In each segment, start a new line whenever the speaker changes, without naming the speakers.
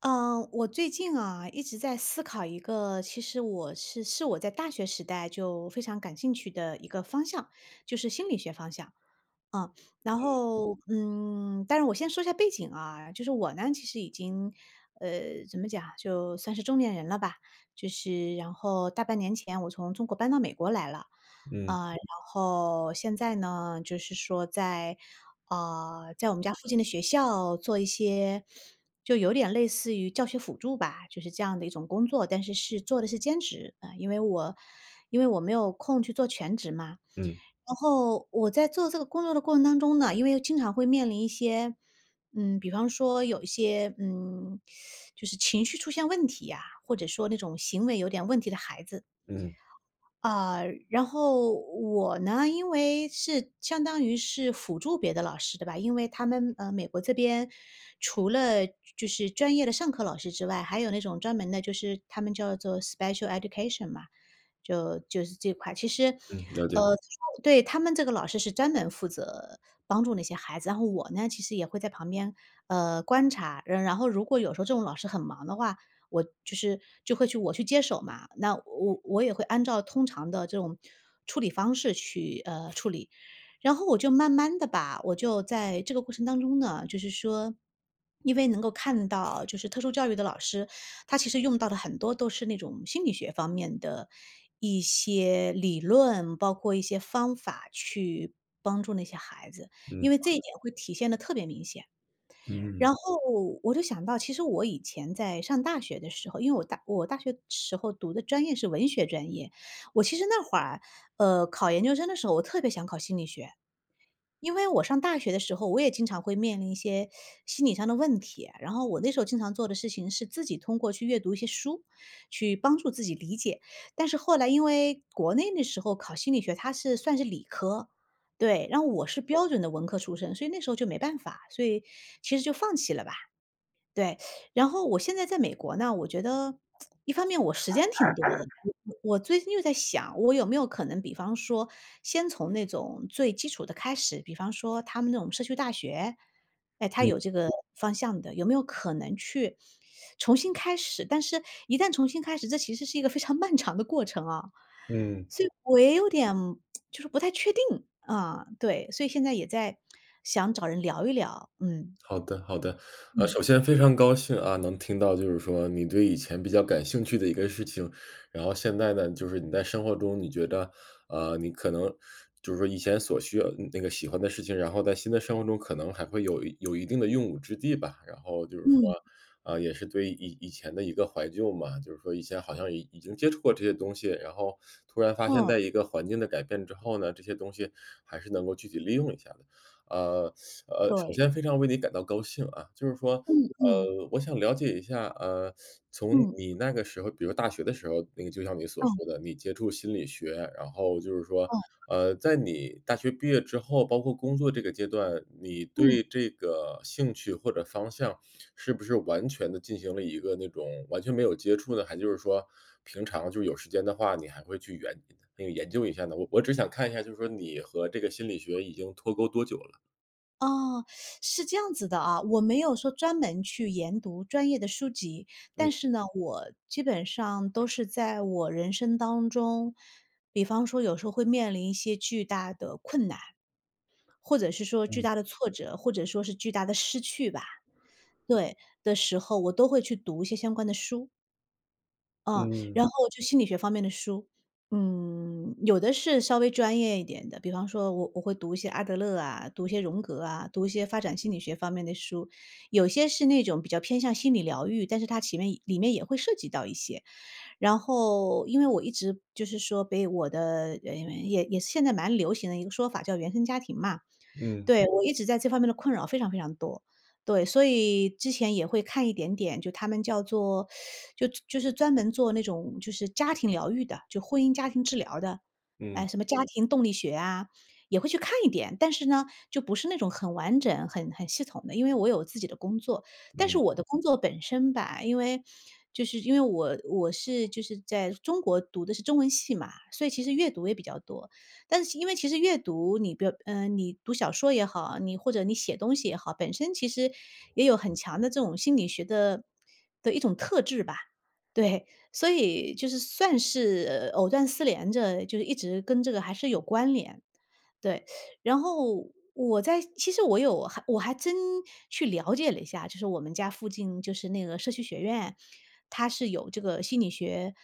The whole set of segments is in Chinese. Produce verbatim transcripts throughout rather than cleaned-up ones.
嗯，我最近啊一直在思考一个，其实我是是我在大学时代就非常感兴趣的一个方向，就是心理学方向。嗯，然后，嗯，但是我先说一下背景啊，就是我呢，其实已经，呃，怎么讲啊，就算是中年人了吧，就是然后大半年前我从中国搬到美国来了，
嗯
啊，然后现在呢，就是说在，啊，在我们家附近的学校做一些，就有点类似于教学辅助吧，就是这样的一种工作，但是是做的是兼职啊，呃因为我因为我没有空去做全职嘛。
嗯
然后我在做这个工作的过程当中呢，因为经常会面临一些，嗯，比方说有一些，嗯，就是情绪出现问题呀、或者说那种行为有点问题的孩子，
嗯
啊，然后我呢，因为是相当于是辅助别的老师的吧，因为他们呃，美国这边除了就是专业的上课老师之外，还有那种专门的，就是他们叫做 special education 嘛，就就是这块。其实，
嗯，了解，
呃，对他们这个老师是专门负责帮助那些孩子，然后我呢，其实也会在旁边呃观察，然然后如果有时候这种老师很忙的话，我就是就会去我去接手嘛，那我我也会按照通常的这种处理方式去，呃，处理。然后我就慢慢的吧，我就在这个过程当中呢，就是说，因为能够看到就是特殊教育的老师，他其实用到的很多都是那种心理学方面的一些理论，包括一些方法去帮助那些孩子，因
嗯
为这一点会体现的特别明显。
嗯
然后我就想到，其实我以前在上大学的时候，因为我大我大学时候读的专业是文学专业，我其实那会儿，呃，考研究生的时候，我特别想考心理学，因为我上大学的时候，我也经常会面临一些心理上的问题，然后我那时候经常做的事情是自己通过去阅读一些书，去帮助自己理解。但是后来因为国内那时候考心理学，它是算是理科。对，然后我是标准的文科出身，所以那时候就没办法，所以其实就放弃了吧。对，然后我现在在美国呢，我觉得一方面我时间挺多的，我我最近又在想，我有没有可能，比方说先从那种最基础的开始，比方说他们那种社区大学，哎，他有这
嗯
个方向的，有没有可能去重新开始？但是一旦重新开始，这其实是一个非常 漫长的过程啊，
嗯。
所以我也有点就是不太确定啊，对，所以现在也在想找人聊一聊，嗯
好的，好的。呃，
嗯
首先非常高兴啊，能听到就是说你对以前比较感兴趣的一个事情，然后现在呢，就是你在生活中你觉得，呃，你可能就是说以前所需要那个喜欢的事情，然后在新的生活中可能还会有一有一定的用武之地吧。然后就是说，
嗯，
啊，也是对以以前的一个怀旧嘛，就是说以前好像已已经接触过这些东西，然后突然发现
哦。
在一个环境的改变之后呢，这些东西还是能够具体利用一下的。呃，呃，首
对，
先非常为你感到高兴啊，就是说，
嗯，
呃，我想了解一下，呃，从
嗯，
你那个时候，比如大学的时候，那个就像你所
哦，
说的，你接触心理学，然后就是说，
哦，
呃，在你大学毕业之后，包括工作这个阶段，你
嗯，
对这个兴趣或者方向是不是完全的进行了一个那种完全没有接触呢？还就是说平常就有时间的话，你还会去研那个研究一下呢？我我只想看一下，就是说你和这个心理学已经脱钩多久了？
哦，是这样子的啊，我没有说专门去研读专业的书籍，但
嗯
是呢，我基本上都是在我人生当中，比方说有时候会面临一些巨大的困难，或者是说巨
嗯。
大的挫折，或者说是巨大的失去吧，对，的时候，我都会去读一些相关的书。嗯，
嗯，
然后就心理学方面的书，嗯，有的是稍微专业一点的，比方说我我会读一些阿德勒啊，读一些荣格啊，读一些发展心理学方面的书，有些是那种比较偏向心理疗愈，但是它前面里面也会涉及到一些。然后因为我一直就是说被我的呃，也也是现在蛮流行的一个说法叫原生家庭嘛，
嗯，
对，我一直在这方面的困扰非常非常多。对，所以之前也会看一点点，就他们叫做就就是专门做那种就是家庭疗愈的，就婚姻家庭治疗的，哎，
嗯，
什么家庭动力学啊，也会去看一点，但是呢，就不是那种很完整、很很系统的，因为我有自己的工作，但是
嗯，
我的工作本身吧，因为就是因为我我是就是在中国读的是中文系嘛，所以其实阅读也比较多。但是因为其实阅读，你比如呃，你读小说也好，你或者你写东西也好，本身其实也有很强的这种心理学的的一种特质吧。对，所以就是算是呃藕断丝连着，就是一直跟这个还是有关联。对，然后我在其实我有还我还真去了解了一下，就是我们家附近就是那个社区学院，它是有这个心理学，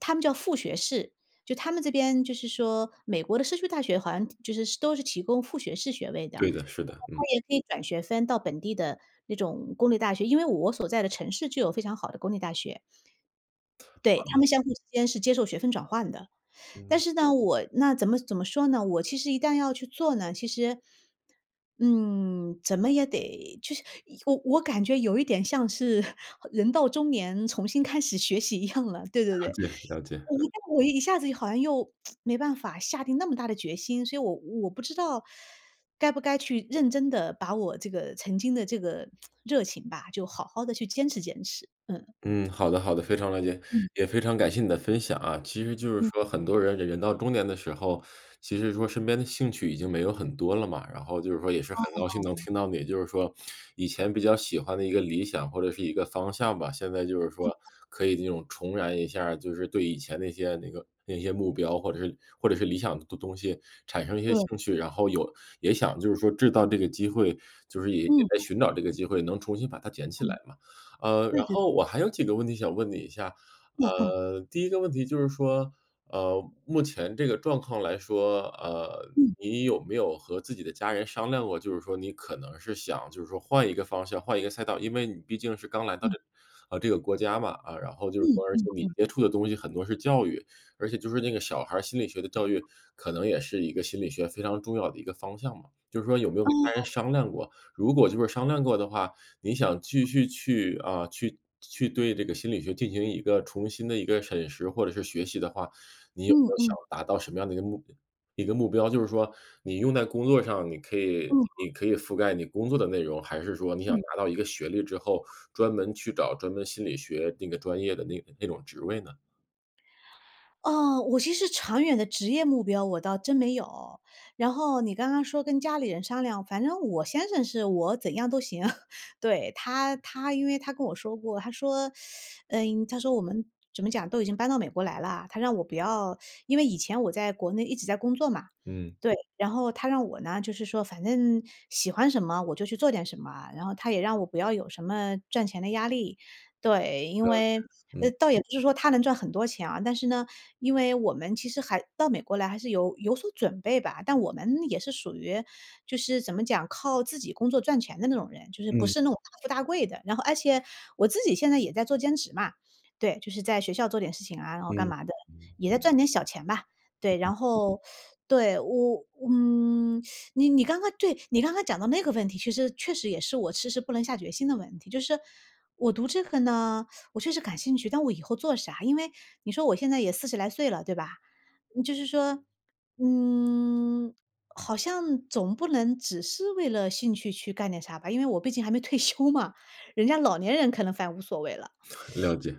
他们叫副学士，就他们这边就是说美国的社区大学好像就是都是提供副学士学位的，
对的，是的，嗯，
它也可以转学分到本地的那种公立大学，因为我所在的城市就有非常好的公立大学。
好
对，他
的，
们相互之间是接受学分转换的。但
嗯，
是呢，我那怎么怎么说呢？我其实一旦要去做呢，其实，嗯，怎么也得就是我我感觉有一点像是 人到中年重新开始学习一样了。对对
了
对，
解，了解。
我一旦我一下子好像又 没办法下定那么大的决心，所以我我不知道该不该去认真的把我这个曾经的这个 热情吧，就好好的去坚持坚持。嗯。
嗯，好的好的，非常了解，
嗯
也非常感谢你的分享啊。其实就是
嗯，
说很多人人到中年的时候，其实说身边的兴趣已经没有很多了嘛，然后就是说也是很高兴能听到你，就是说以前比较喜欢的一个理想或者是一个方向吧，现在就是说可以那种重燃一下儿就是对以前那些那个那些目标或者是或者是理想的东东西产生一些嗯
对，
兴趣，然后有也想就是说制造这个机会，就是也也
嗯。
在寻找这个机会能重新把它捡起来
嗯，
嘛。呃，
对
然
对，
后我还有几个问题想问你一下。嗯
哦哦，
呃，第一个问题就是说，呃，目前这个状况来说，呃，
嗯
你有没有和自己的家人商量过，就是说你可能是想就是说换一个方向、换一个赛道，因为你毕竟是刚来到
嗯
这呃，这个国家嘛，啊，然后就是
嗯
说而且
嗯，
你接触的东西很多是教育，而且就是那个小孩儿心理学的教育，可能也是一个心理学非常重要的一个方向嘛。就是说有没有跟家人
哦，
商量过？如果就是商量过的话，你想继续去啊，去去对这个心理学进行一个重新的一个审视或者是学习的话，你有没
嗯
有
嗯
想达到什么样的一个目一个目标？就是说你用在工作上，你可以
嗯嗯。
你可以覆盖你工作的内容，还是说你想拿到一个学历之后，专门去找专门心理学那个专业的那那种职位呢？
哦，我其实长远的职业目标我倒真没有。然后你刚刚说跟家里人商量，反正我先生是我怎样都行。对，他他因为他跟我说过，他说，嗯，他说我们怎么讲都已经搬到美国来了，他让我不要，因为以前我在国内一直在工作嘛。
嗯，
对，然后他让我呢，就是说反正喜欢什么我就去做点什么，然后他也让我不要有什么赚钱的压力，对，因
了解，
为呃，
嗯
倒也不是说他能赚很多钱啊，但是呢，因为我们其实还到美国来还是有有所准备吧，但我们也是属于就是怎么讲，靠自己工作赚钱的那种人，就是不
嗯
是那种大富大贵的。然后而且我自己现在也在做兼职嘛，对，就是在学校做点事情啊，然后干
嗯，
嘛的，也在赚点小钱吧。对，然后对，我嗯。你你刚刚对，你刚刚讲到那个问题，其实确实也是我迟迟不能下决心的问题。就是我读这个呢，我确实感兴趣，但我以后做啥？因为你说我现在也四十来岁了，对吧？嗯就是说，嗯，好像总不能只是为了兴趣去干点啥吧，因为我毕竟还没退休嘛，人家老年人可能反无所谓了。
了解，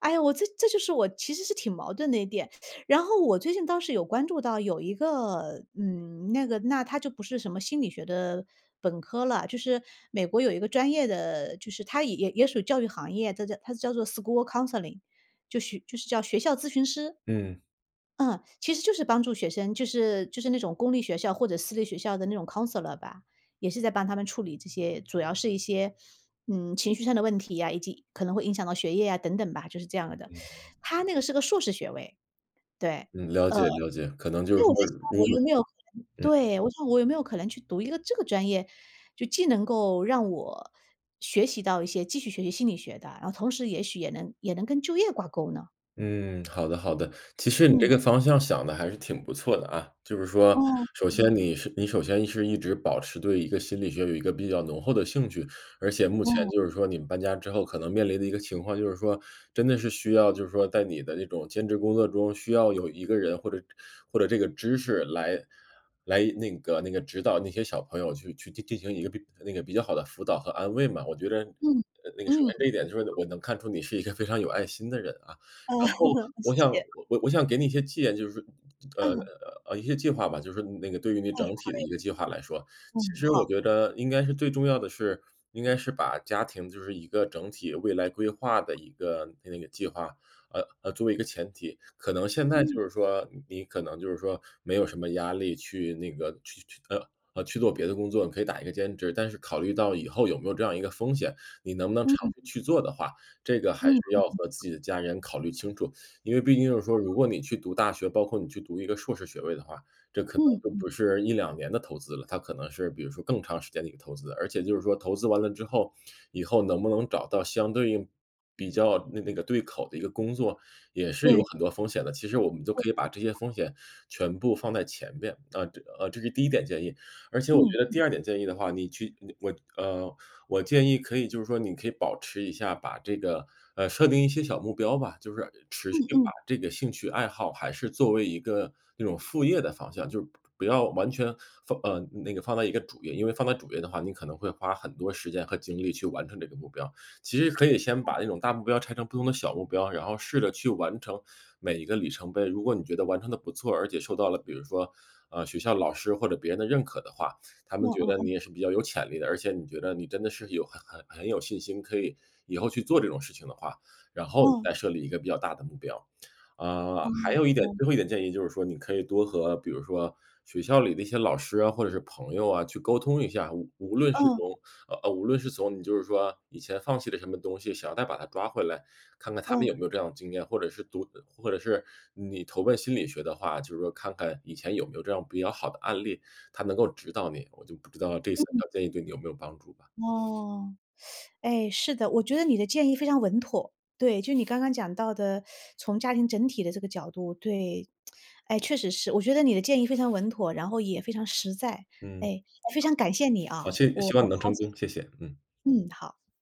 哎呀，我这这就是我其实是挺矛盾的一点。然后我最近倒是有关注到有一个，嗯，那个那他就不是什么心理学的本科了，就是美国有一个专业的，就是他也也也属于教育行业，它叫它叫做 school counseling，就是就是叫学校咨询师。
嗯
嗯，其实就是帮助学生，就是就是那种公立学校或者私立学校的那种 counselor 吧，也是在帮他们处理这些，主要是一些，嗯，情绪上的问题呀，以及可能会影响到学业呀等等吧，就是这样的。
嗯
他那个是个硕士学位，对，
嗯，了解了解，可能就
因
是
为我在
说，
想
如
我
果
有没有可能
嗯。
对，我想我有没有可能去读一个这个专业，就既能够让我学习到一些继续学习心理学的，然后同时也许也能也能跟就业挂钩呢？
嗯，好的好的。其实你这
嗯，
个方向想的还是挺不错的啊，就是
哦，
说，首先
嗯，
你是你首先是一直保持对一个心理学有一个比较浓厚的兴趣，而且目
哦，
前就是说你们搬家之后可能面临的一个情况，就是说真的是需要就是说在你的那种兼职工作中，需要有一个人或者或者这个知识来来那个那个指导那些小朋友去去进进行一个比那个比较好的辅导和安慰嘛。我觉得，
嗯，
呃，那个首先
嗯。
这一点就是我能看出你是一个非常有爱心的人啊。
嗯，
然后 我想
谢谢，
我我想给你一些建议，就是说呃
嗯，
呃，一些计划吧，就是那个对于你
哎，
整体的一个计划来说，其
嗯，
实我
好，
觉得应该是最重要的是，应该是把家庭就是一个整体未来规划的一个那个计划，呃呃，作为一个前提。可能现在
嗯，
就是说你可能就是说没有什么压力去那个去去呃。呃，去做别的工作，你可以打一个兼职，但是考虑到以后有没有这样一个风险，你能不能长
嗯，
期去做的话，这个还
嗯，
是要和自己的家人考虑清楚。因为毕竟就是说，如果你去读大学，包括你去读一个硕士学位的话，这可能就
嗯，
不是一两年的投资了，它可能是比如说更长时间的一个投资。而且就是说投资完了之后，以后能不能找到相对应比较那那个对口的一个工作，也是有
对，
很多风险的。其实我们就可以把这些风险全部放在前边啊，这呃，这是第一点建议。而且我觉
嗯，
得第二点建议的话，你去你我呃，我建议可以就是说你可以保持一下，把这个呃，设定一些小目标吧，就是持
嗯
续把
嗯，
这个兴趣爱好还是作为一个那种副业的方向，就是不要完全放呃，那个放在一个主业，因为放在主业的话，你可能会花很多时间和精力去完成这个目标。其实可以先把那种大目标拆成不同的小目标，然后试着去完成每一个里程碑。如果你觉得完成的不错，而且受到了比如说，呃，学校老师或者别人的认可的话，他
嗯
们觉
嗯
得
嗯，
你也是比较有潜力的，而且你觉得你真的是有很很很有信心，可以以后去做这种事情的话，然后你
嗯，
再设立一个比较大的目标。啊，
嗯，
还
嗯，
有一点
嗯，
最后一点建议就是说，你可以多和比如说学校里的一些老师啊，或者是朋友啊，去沟通一下，无无论是从呃呃，无论是从你就是说以前放弃了什么东西，想要再把它抓回来，看看他们
嗯，
有没有这样的经验，或者是读，或者是你投奔心理学的话，就是说看看以前有没有这样比较好的案例，他能够指导你，我就不知道这三
嗯
条建议对你有没有帮助吧。
哦，哎，是的，我觉得你的建议非常稳妥。对，就你刚刚讲到的，从家庭整体的这个角度，对，哎，确实是，我觉得你的建议非常稳妥，然后也非常实在，
嗯，
哎，非常感谢你
啊，
啊，
希
我我
希望你能
好，
成功，谢谢，嗯。
嗯，好。